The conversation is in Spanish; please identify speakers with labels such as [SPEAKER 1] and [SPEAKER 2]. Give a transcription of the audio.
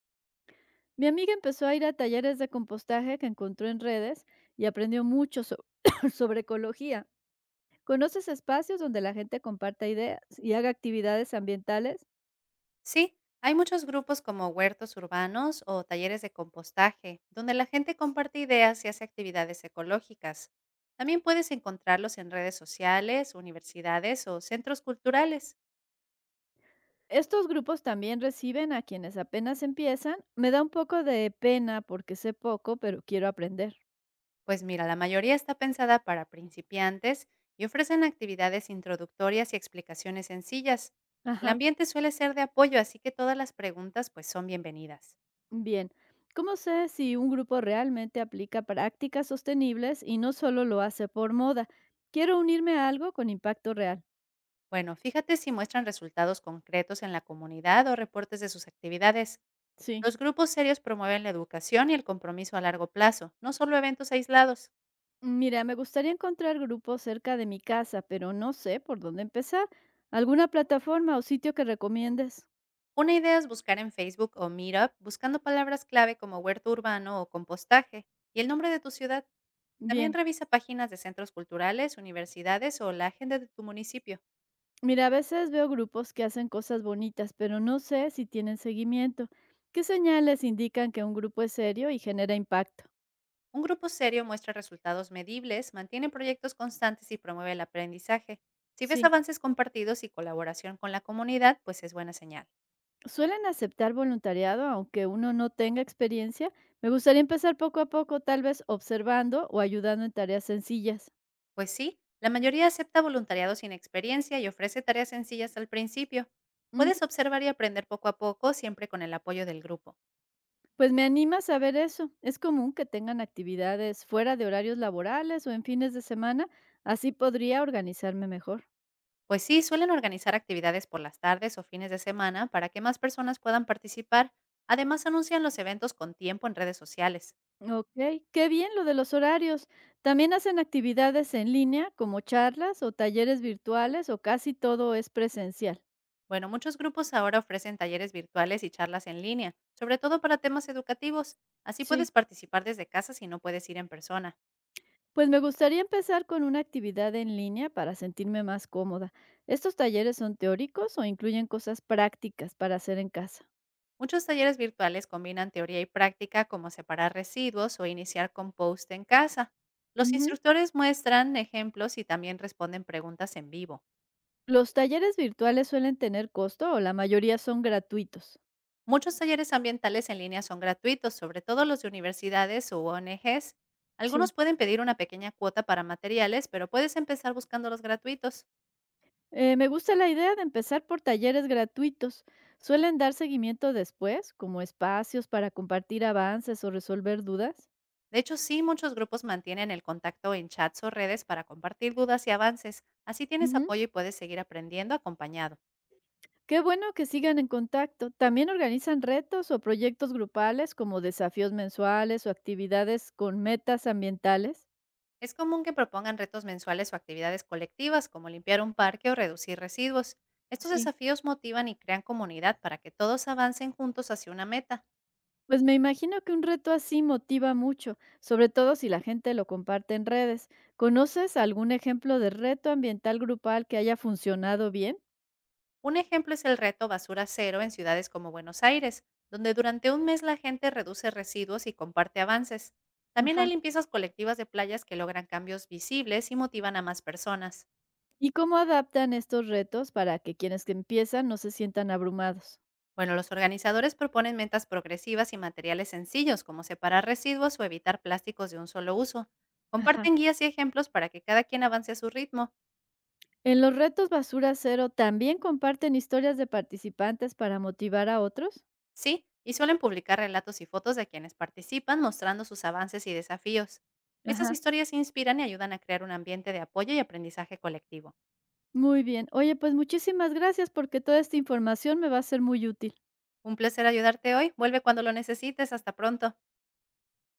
[SPEAKER 1] Mi amiga empezó a ir a talleres de compostaje que encontró en redes y aprendió mucho sobre ecología. ¿Conoces espacios donde la gente comparta ideas y haga actividades ambientales?
[SPEAKER 2] Sí, hay muchos grupos como huertos urbanos o talleres de compostaje, donde la gente comparte ideas y hace actividades ecológicas. También puedes encontrarlos en redes sociales, universidades o centros culturales.
[SPEAKER 1] Estos grupos también reciben a quienes apenas empiezan. Me da un poco de pena porque sé poco, pero quiero aprender.
[SPEAKER 2] Pues mira, la mayoría está pensada para principiantes y ofrecen actividades introductorias y explicaciones sencillas. El
[SPEAKER 1] Ajá,
[SPEAKER 2] ambiente suele ser de apoyo, así que todas las preguntas pues son bienvenidas.
[SPEAKER 1] bien. ¿Cómo sé si un grupo realmente aplica prácticas sostenibles y no solo lo hace por moda? Quiero unirme a algo con impacto real.
[SPEAKER 2] Bueno, fíjate si muestran resultados concretos en la comunidad o reportes de sus actividades.
[SPEAKER 1] Sí.
[SPEAKER 2] Los grupos serios promueven la educación y el compromiso a largo plazo, no solo eventos aislados.
[SPEAKER 1] Mira, me gustaría encontrar grupos cerca de mi casa, pero no sé por dónde empezar. ¿Alguna plataforma o sitio que recomiendes?
[SPEAKER 2] Una idea es buscar en Facebook o Meetup buscando palabras clave como huerto urbano o compostaje y el nombre de tu ciudad. También
[SPEAKER 1] Bien,
[SPEAKER 2] revisa páginas de centros culturales, universidades o la agenda de tu municipio.
[SPEAKER 1] mira, a veces veo grupos que hacen cosas bonitas, pero no sé si tienen seguimiento. ¿Qué señales indican que un grupo es serio y genera impacto?
[SPEAKER 2] Un grupo serio muestra resultados medibles, mantiene proyectos constantes y promueve el aprendizaje. Si ves
[SPEAKER 1] Sí,
[SPEAKER 2] avances compartidos y colaboración con la comunidad, pues es buena señal.
[SPEAKER 1] suelen aceptar voluntariado aunque uno no tenga experiencia. Me gustaría empezar poco a poco, tal vez observando o ayudando en tareas sencillas.
[SPEAKER 2] Pues sí, la mayoría acepta voluntariado sin experiencia y ofrece tareas sencillas al principio. Puedes observar y aprender poco a poco, siempre con el apoyo del grupo.
[SPEAKER 1] Pues me anima a saber eso. Es común que tengan actividades fuera de horarios laborales o en fines de semana. Así podría organizarme mejor.
[SPEAKER 2] Pues sí, suelen organizar actividades por las tardes o fines de semana para que más personas puedan participar. Además, anuncian los eventos con tiempo en redes sociales.
[SPEAKER 1] Ok, qué bien lo de los horarios. También hacen actividades en línea como charlas o talleres virtuales o casi todo es presencial.
[SPEAKER 2] Bueno, muchos grupos ahora ofrecen talleres virtuales y charlas en línea, sobre todo para temas educativos. Así puedes
[SPEAKER 1] Sí,
[SPEAKER 2] participar desde casa si no puedes ir en persona.
[SPEAKER 1] pues me gustaría empezar con una actividad en línea para sentirme más cómoda. ¿Estos talleres son teóricos o incluyen cosas prácticas para hacer en casa?
[SPEAKER 2] Muchos talleres virtuales combinan teoría y práctica como separar residuos o iniciar compost en casa. Los
[SPEAKER 1] Ujú.
[SPEAKER 2] instructores muestran ejemplos y también responden preguntas en vivo.
[SPEAKER 1] ¿Los talleres virtuales suelen tener costo o la mayoría son gratuitos?
[SPEAKER 2] Muchos talleres ambientales en línea son gratuitos, sobre todo los de universidades u ONGs.
[SPEAKER 1] Sí.
[SPEAKER 2] Algunos pueden pedir una pequeña cuota para materiales, pero puedes empezar buscando los gratuitos.
[SPEAKER 1] Me gusta la idea de empezar por talleres gratuitos. ¿Suelen dar seguimiento después, como espacios para compartir avances o resolver dudas?
[SPEAKER 2] De hecho, sí, muchos grupos mantienen el contacto en chats o redes para compartir dudas y avances. Así tienes
[SPEAKER 1] Ujú.
[SPEAKER 2] apoyo y puedes seguir aprendiendo acompañado.
[SPEAKER 1] Qué bueno que sigan en contacto. ¿También organizan retos o proyectos grupales como desafíos mensuales o actividades con metas ambientales?
[SPEAKER 2] Es común que propongan retos mensuales o actividades colectivas como limpiar un parque o reducir residuos. Estos
[SPEAKER 1] Sí.
[SPEAKER 2] desafíos motivan y crean comunidad para que todos avancen juntos hacia una meta.
[SPEAKER 1] Pues me imagino que un reto así motiva mucho, sobre todo si la gente lo comparte en redes. ¿Conoces algún ejemplo de reto ambiental grupal que haya funcionado bien?
[SPEAKER 2] Un ejemplo es el reto Basura Cero en ciudades como Buenos Aires, donde durante un mes la gente reduce residuos y comparte avances. También hay
[SPEAKER 1] Ajá.
[SPEAKER 2] limpiezas colectivas de playas que logran cambios visibles y motivan a más personas.
[SPEAKER 1] ¿Y cómo adaptan estos retos para que quienes que empiezan no se sientan abrumados?
[SPEAKER 2] Bueno, los organizadores proponen metas progresivas y materiales sencillos, como separar residuos o evitar plásticos de un solo uso.
[SPEAKER 1] Ajá.
[SPEAKER 2] Comparten guías y ejemplos para que cada quien avance a su ritmo.
[SPEAKER 1] ¿En los retos Basura Cero también comparten historias de participantes para motivar a otros?
[SPEAKER 2] Sí, y suelen publicar relatos y fotos de quienes participan mostrando sus avances y desafíos. Estas
[SPEAKER 1] Ajá.
[SPEAKER 2] historias inspiran y ayudan a crear un ambiente de apoyo y aprendizaje colectivo.
[SPEAKER 1] Muy bien. Oye, pues muchísimas gracias porque toda esta información me va a ser muy útil.
[SPEAKER 2] Un placer ayudarte hoy. Vuelve cuando lo necesites. Hasta pronto.